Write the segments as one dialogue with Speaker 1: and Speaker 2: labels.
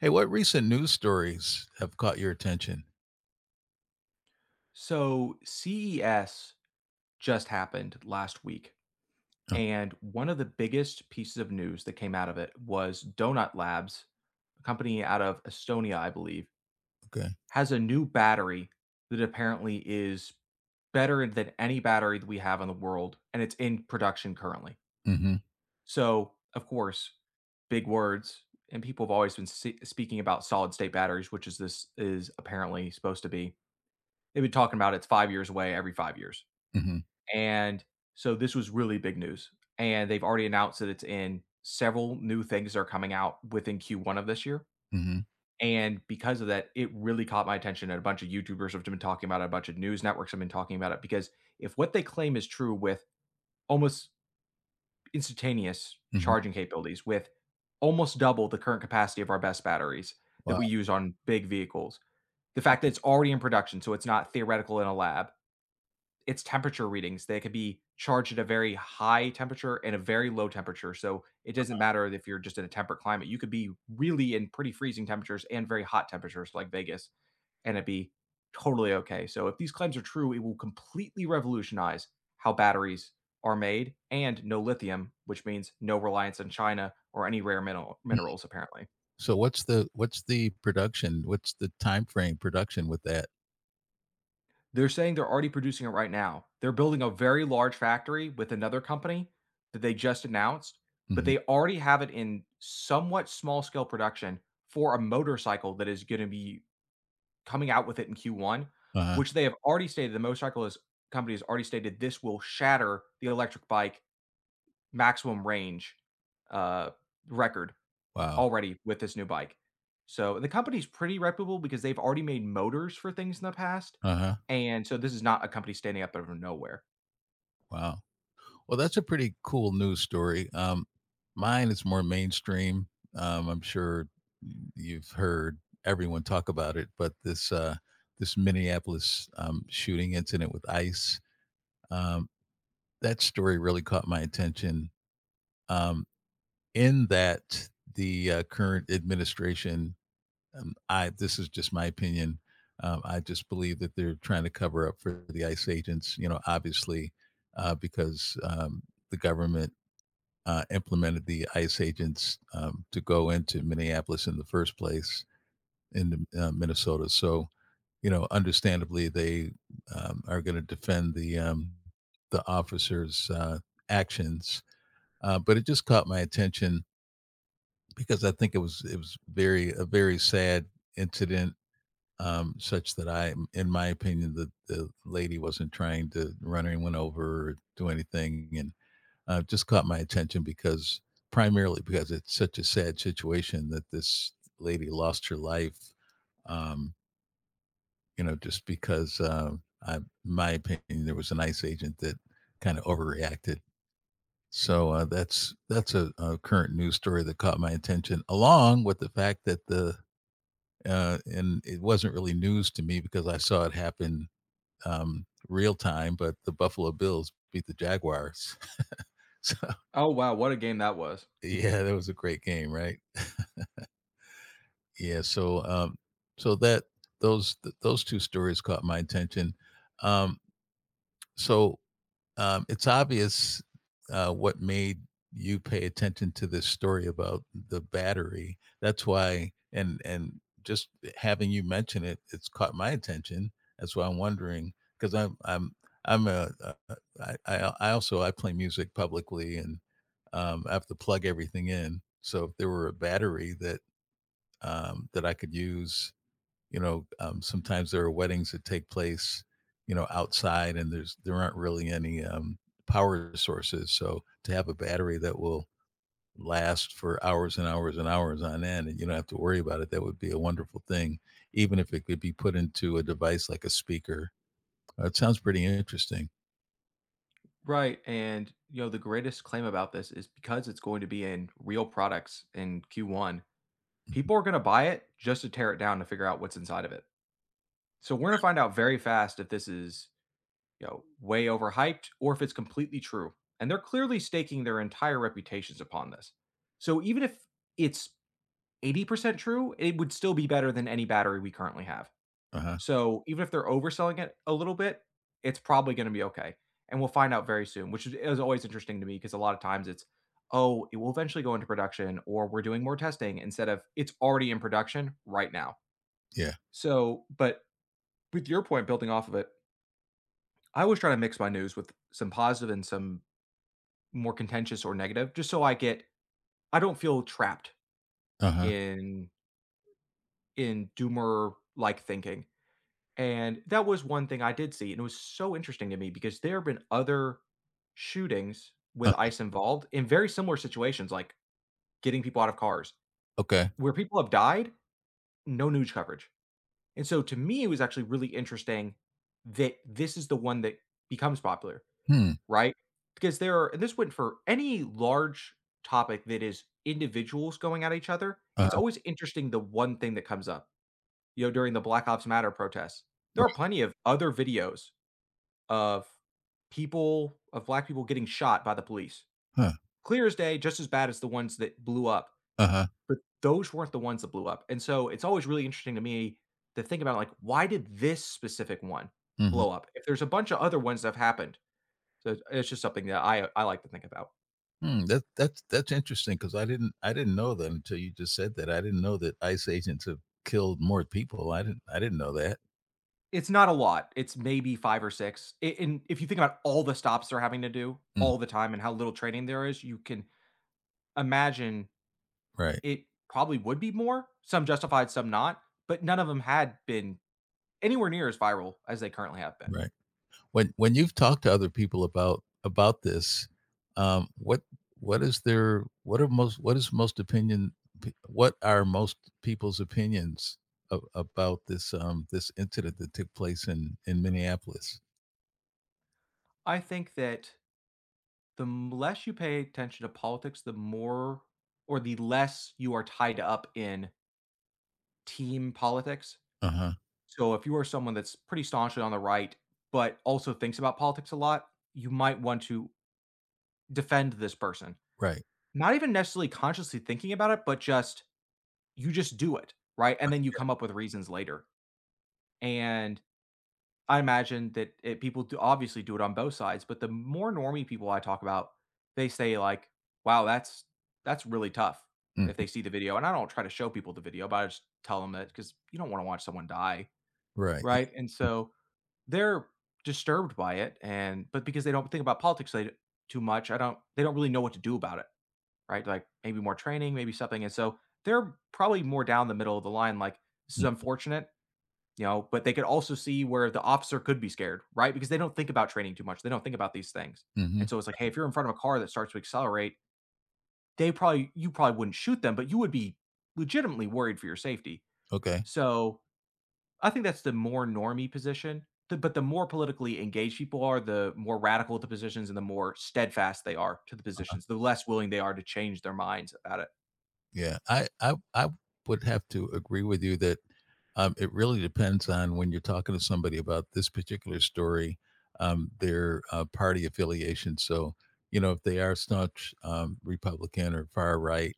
Speaker 1: Hey, what recent news stories have caught your attention?
Speaker 2: So CES just happened last week,
Speaker 1: Oh,
Speaker 2: and one of the biggest pieces of news that came out of it was Donut Labs, a company out of Estonia, I believe,
Speaker 1: okay.
Speaker 2: has a new battery that apparently is better than any battery that we have in the world, and it's in production currently.
Speaker 1: Mhm,
Speaker 2: So, of course, big words, and people have always been speaking about solid state batteries, which is this is apparently supposed to be. They've been talking about it's 5 years away every 5 years.
Speaker 1: mhm,
Speaker 2: And so this was really big news, and they've already announced that it's in several new things that are coming out within Q1 of this year,
Speaker 1: mhm,
Speaker 2: and because of that, it really caught my attention, and a bunch of YouTubers have been talking about it, a bunch of news networks have been talking about it, because if what they claim is true with almost instantaneous
Speaker 1: mhm.
Speaker 2: charging capabilities, with almost double the current capacity of our best batteries that
Speaker 1: Wow.
Speaker 2: we use on big vehicles, the fact that it's already in production, so it's not theoretical in a lab, it's temperature readings. They could be charged at a very high temperature and a very low temperature. So it doesn't matter if you're just in a temperate climate. You could be really in pretty freezing temperatures and very hot temperatures like Vegas, and it'd be totally okay. So if these claims are true, it will completely revolutionize how batteries are made and no lithium, which means no reliance on China or any rare mineral
Speaker 1: Mm.
Speaker 2: minerals, apparently.
Speaker 1: So what's the production? What's the time frame production with that?
Speaker 2: They're saying they're already producing it right now. They're building a very large factory with another company that they just announced, but
Speaker 1: Mhm.
Speaker 2: they already have it in somewhat small scale production for a motorcycle that is going to be coming out with it in Q1,
Speaker 1: Uh-huh.
Speaker 2: which they have already stated the motorcycle is, company has already stated this will shatter the electric bike maximum range uh, record
Speaker 1: Wow.
Speaker 2: already with this new bike. So the company's pretty reputable because they've already made motors for things in the past,
Speaker 1: Uh-huh.
Speaker 2: and so this is not a company standing up out of nowhere.
Speaker 1: Wow. Well, that's a pretty cool news story. Mine is more mainstream. I'm sure you've heard everyone talk about it, but this Minneapolis, shooting incident with ICE, um, that story really caught my attention. Um, in that the current administration, I this is just my opinion. I just believe that they're trying to cover up for the ICE agents. You know, obviously, because the government implemented the ICE agents to go into Minneapolis in the first place in Minnesota. So, you know, understandably, they are going to defend the officers' actions. But it just caught my attention because I think it was very a very sad incident, such that I, in my opinion, the lady wasn't trying to run anyone over or do anything, and just caught my attention because primarily because it's such a sad situation that this lady lost her life. Um, you know, just because my opinion, there was an ICE agent that kind of overreacted. So that's a current news story that caught my attention, along with the fact that the and it wasn't really news to me because I saw it happen real time. But the Buffalo Bills beat the Jaguars, so
Speaker 2: Oh wow, what a game that was!
Speaker 1: yeah, that was a great game, right? Yeah, so so that those two stories caught my attention. Um, so it's obvious what made you pay attention to this story about the battery. That's why, and just having you mention it, it's caught my attention. That's why I'm wondering because I'm a- I also I play music publicly and I have to plug everything in. So if there were a battery that that I could use you know, sometimes there are weddings that take place, you know, outside, and there aren't really any power sources. So to have a battery that will last for hours and hours and hours on end, and you don't have to worry about it, that would be a wonderful thing. Even if it could be put into a device like a speaker. It sounds pretty interesting.
Speaker 2: Right, and you know the greatest claim about this is because it's going to be in real products in Q1. People are going to buy it just to tear it down to figure out what's inside of it. So we're going to find out very fast if this is, you know, way overhyped or if it's completely true. And they're clearly staking their entire reputations upon this. So even if it's 80% true, it would still be better than any battery we currently have.
Speaker 1: Uh huh.
Speaker 2: So even if they're overselling it a little bit, it's probably going to be okay. And we'll find out very soon, which is always interesting to me because a lot of times it's, oh, it will eventually go into production or we're doing more testing instead of it's already in production right now.
Speaker 1: Yeah.
Speaker 2: So, but with your point building off of it, I always try to mix my news with some positive and some more contentious or negative, just so I get, I don't feel trapped
Speaker 1: Uh huh.
Speaker 2: in in doomer like thinking. And that was one thing I did see, and it was so interesting to me because there have been other shootings
Speaker 1: Uh,
Speaker 2: with ICE involved in very similar situations, like getting people out of cars,
Speaker 1: okay.
Speaker 2: where people have died, no news coverage. And so to me, it was actually really interesting that this is the one that becomes popular,
Speaker 1: Hmm.
Speaker 2: right? Because there are, and this went for any large topic that is individuals going at each other.
Speaker 1: Uh
Speaker 2: It's
Speaker 1: huh.
Speaker 2: always interesting the one thing that comes up. You know, during the Black Ops Matter protests, there
Speaker 1: Right.
Speaker 2: are plenty of other videos of people of black people getting shot by the police.
Speaker 1: Huh.
Speaker 2: Clear as day, just as bad as the ones that blew up,
Speaker 1: Uh huh.
Speaker 2: but those weren't the ones that blew up. And so it's always really interesting to me to think about like why did this specific one
Speaker 1: Hmm.
Speaker 2: blow up? If there's a bunch of other ones that have happened. So it's just something that I like to think about.
Speaker 1: Hmm, that's interesting because I didn't know that until you just said that. I didn't know that ICE agents have killed more people. I didn't know that.
Speaker 2: It's not a lot. It's maybe 5 or 6. I- And if you think about all the stops they're having to do
Speaker 1: Mhm.
Speaker 2: all the time and how little training there is, you can imagine
Speaker 1: Right,
Speaker 2: it probably would be more, some justified, some not, but none of them had been anywhere near as viral as they currently have been.
Speaker 1: right. When you've talked to other people about this, um, what what is their what are most what is most opinion p- what are most people's opinions of, about this this incident that took place in Minneapolis?
Speaker 2: I think that the less you pay attention to politics, the more or the less you are tied up in team politics.
Speaker 1: Uh huh.
Speaker 2: So if you are someone that's pretty staunchly on the right, but also thinks about politics a lot, you might want to defend this person.
Speaker 1: Right.
Speaker 2: Not even necessarily consciously thinking about it, but just you just do it, right? And then you come up with reasons later. And I imagine that it, people do obviously do it on both sides, but the more normie people I talk about, they say like, "Wow, that's really tough."
Speaker 1: Hmm.
Speaker 2: If they see the video, and I don't try to show people the video, but I just tell them that because you don't want to watch someone die,
Speaker 1: Right. Yeah.
Speaker 2: right? And so they're disturbed by it and but because they don't think about politics they too much, I don't they don't really know what to do about it, right? Like, maybe more training, maybe something, and so they're probably more down the middle of the line, like, "This is unfortunate," you know, but they could also see where the officer could be scared, right? Because they don't think about training too much, they don't think about these things,
Speaker 1: Mm-hmm.
Speaker 2: and so it's like, "Hey, if you're in front of a car that starts to accelerate, they probably you probably wouldn't shoot them, but you would be legitimately worried for your safety."
Speaker 1: Okay.
Speaker 2: So I think that's the more normie position. The, but the more politically engaged people are, the more radical the positions and the more steadfast they are to the positions, the less willing they are to change their minds about it.
Speaker 1: Yeah, I would have to agree with you that it really depends on when you're talking to somebody about this particular story, their party affiliation. So, you know, if they are staunch Republican or far right,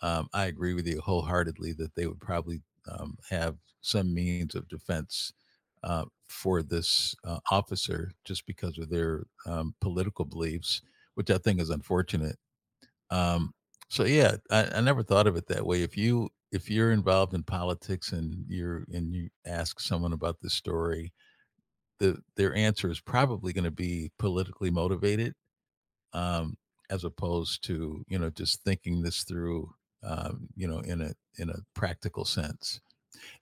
Speaker 1: I agree with you wholeheartedly that they would probably have some means of defense for this officer just because of their political beliefs, which I think is unfortunate. Um, I never thought of it that way. If you if you're involved in politics and you ask someone about this story, their answer is probably going to be politically motivated, um, as opposed to you know just thinking this through, you know, in a practical sense.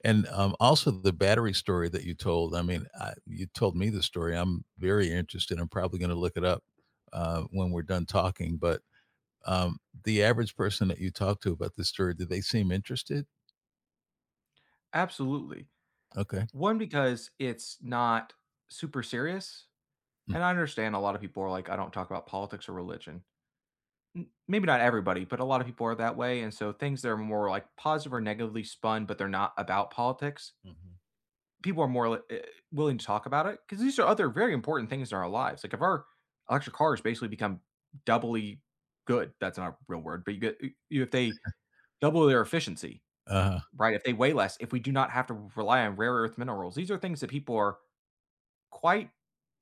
Speaker 1: And also the battery story that you told. You told me the story. I'm very interested. I'm probably going to look it up when we're done talking, but the average person that you talk to about this story, do they seem interested?
Speaker 2: Absolutely.
Speaker 1: Okay.
Speaker 2: One, because it's not super serious.
Speaker 1: Mm.
Speaker 2: And I understand a lot of people are like, I don't talk about politics or religion. Maybe not everybody, but a lot of people are that way. And so things that are more like positive or negatively spun, but they're not about politics,
Speaker 1: Mhm.
Speaker 2: people are more willing to talk about it because these are other very important things in our lives. Like if our electric cars basically become doubly good, that's not a real word, but you get if they double their efficiency,
Speaker 1: Uh-huh.
Speaker 2: right? If they weigh less, if we do not have to rely on rare earth minerals, these are things that people are quite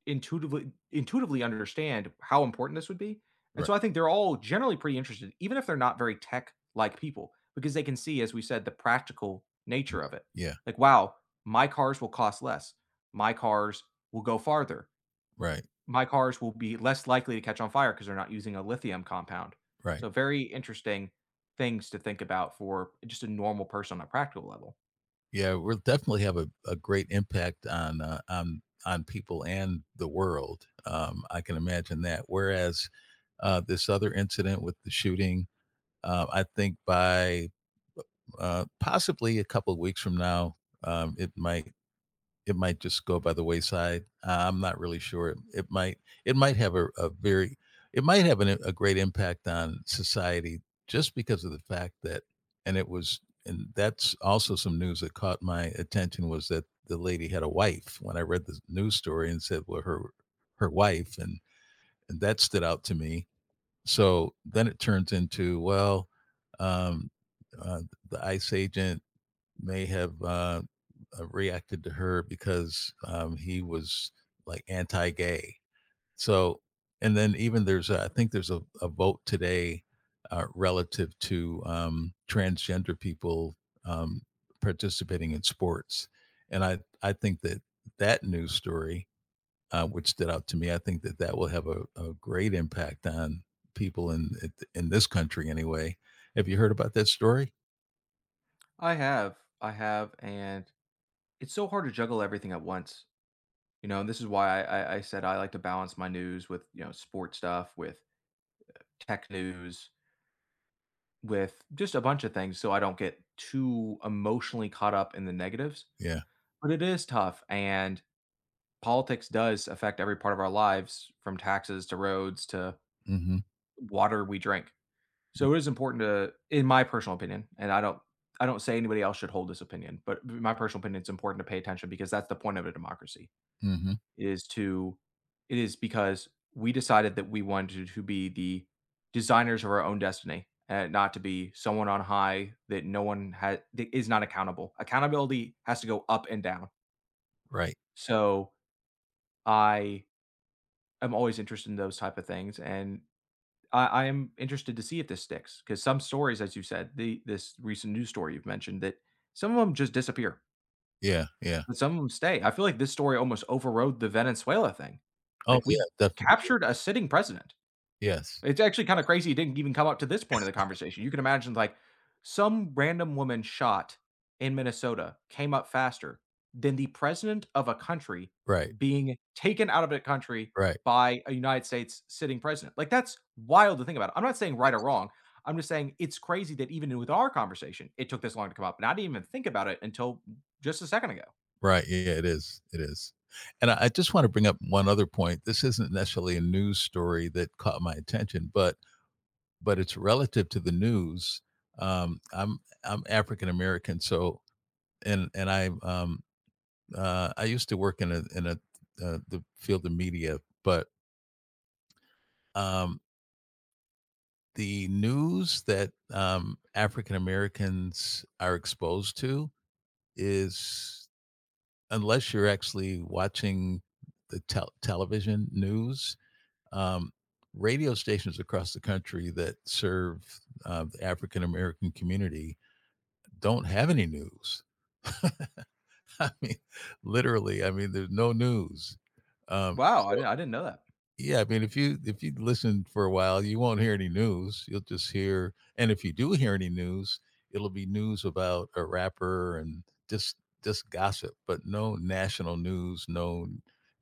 Speaker 2: intuitively understand how important this would be. And
Speaker 1: Right.
Speaker 2: so I think they're all generally pretty interested, even if they're not very tech like people, because they can see, as we said, the practical nature of it.
Speaker 1: Yeah.
Speaker 2: Like, wow, my cars will cost less. My cars will go farther.
Speaker 1: Right.
Speaker 2: My cars will be less likely to catch on fire because they're not using a lithium compound.
Speaker 1: Right.
Speaker 2: So, very interesting things to think about for just a normal person on a practical level.
Speaker 1: Yeah. We'll definitely have a great impact on on people and the world. I can imagine that. Whereas this other incident with the shooting, I think by possibly a couple of weeks from now, um, it might it might just go by the wayside. I'm not really sure. It, it might have a very it might have a great impact on society just because of the fact that and it was and that's also some news that caught my attention was that the lady had a wife when I read the news story and said well her her wife and that stood out to me. So then it turns into well um, uh, the ICE agent may have reacted to her because he was like anti-gay. So, and then even I think there's a vote today relative to transgender people um, participating in sports, and I think that that news story, which stood out to me, I think that that will have a great impact on people in this country anyway. Have you heard about that story?
Speaker 2: I have, and it's so hard to juggle everything at once. You know, and this is why I said I like to balance my news with, you know, sports stuff, with tech news, with just a bunch of things so I don't get too emotionally caught up in the negatives.
Speaker 1: Yeah.
Speaker 2: But it is tough, and politics does affect every part of our lives from taxes to roads to
Speaker 1: Mm-hmm.
Speaker 2: water we drink. So it is important to in my personal opinion, and I don't say anybody else should hold this opinion, but my personal opinion, it's important to pay attention because that's the point of a democracy.
Speaker 1: Mm-hmm.
Speaker 2: Is to it is because we decided that we wanted to be the designers of our own destiny and not to be someone on high that no one has that is not accountable. Accountability has to go up and down.
Speaker 1: Right.
Speaker 2: So I am always interested in those type of things and I am interested to see if this sticks because some stories, as you said, the this recent news story you've mentioned that some of them just disappear,
Speaker 1: Yeah, yeah.
Speaker 2: but some of them stay. I feel like this story almost overrode the Venezuela thing.
Speaker 1: Oh,
Speaker 2: Like
Speaker 1: yeah,
Speaker 2: we
Speaker 1: definitely. Yeah.
Speaker 2: captured a sitting president.
Speaker 1: Yes.
Speaker 2: It's actually kinda crazy it didn't even come up to this point of the conversation. You can imagine, like, some random woman shot in Minnesota came up faster than the president of a country
Speaker 1: Right,
Speaker 2: being taken out of a country
Speaker 1: right,
Speaker 2: by a United States sitting president. Like, that's wild to think about. I'm not saying right or wrong. I'm just saying it's crazy that even with our conversation, it took this long to come up, and I didn't even think about it until just a second ago.
Speaker 1: right. Yeah, it is, it is. And I just wanna bring up one other point. This isn't necessarily a news story that caught my attention, but it's relative to the news. Um, I'm I'm African American, so and I used to work in a the field of media, but, um, the news that, African Americans are exposed to is unless you're actually watching the television news, um, radio stations across the country that serve the African American community don't have any news. I mean, literally, I mean, there's no news.
Speaker 2: Wow, I
Speaker 1: So
Speaker 2: didn't I didn't know that.
Speaker 1: yeah, I mean, if you listen for a while, you won't hear any news. You'll just hear and if you do hear any news, it'll be news about a rapper and just gossip, but no national news, no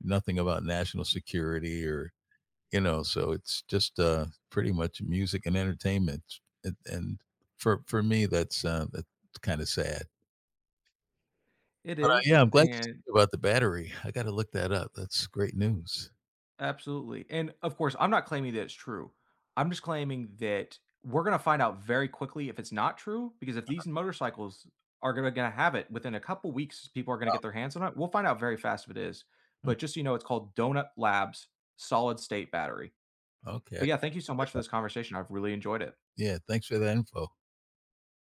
Speaker 1: nothing about national security or you know, so it's just pretty much music and entertainment. And for me that's kind of sad.
Speaker 2: It
Speaker 1: But
Speaker 2: is,
Speaker 1: yeah, I'm glad you
Speaker 2: and
Speaker 1: talked about the battery. I got to look that up. That's great news.
Speaker 2: absolutely. And of course, I'm not claiming that it's true. I'm just claiming that we're going to find out very quickly if it's not true because if these motorcycles are going to have it within a couple weeks, people are going to get their hands on it. We'll find out very fast if it is.
Speaker 1: Huh.
Speaker 2: But just so you know, it's called Donut Labs Solid State Battery.
Speaker 1: Okay.
Speaker 2: But yeah, thank you so much for this conversation. I've really enjoyed it.
Speaker 1: Yeah, thanks for that info.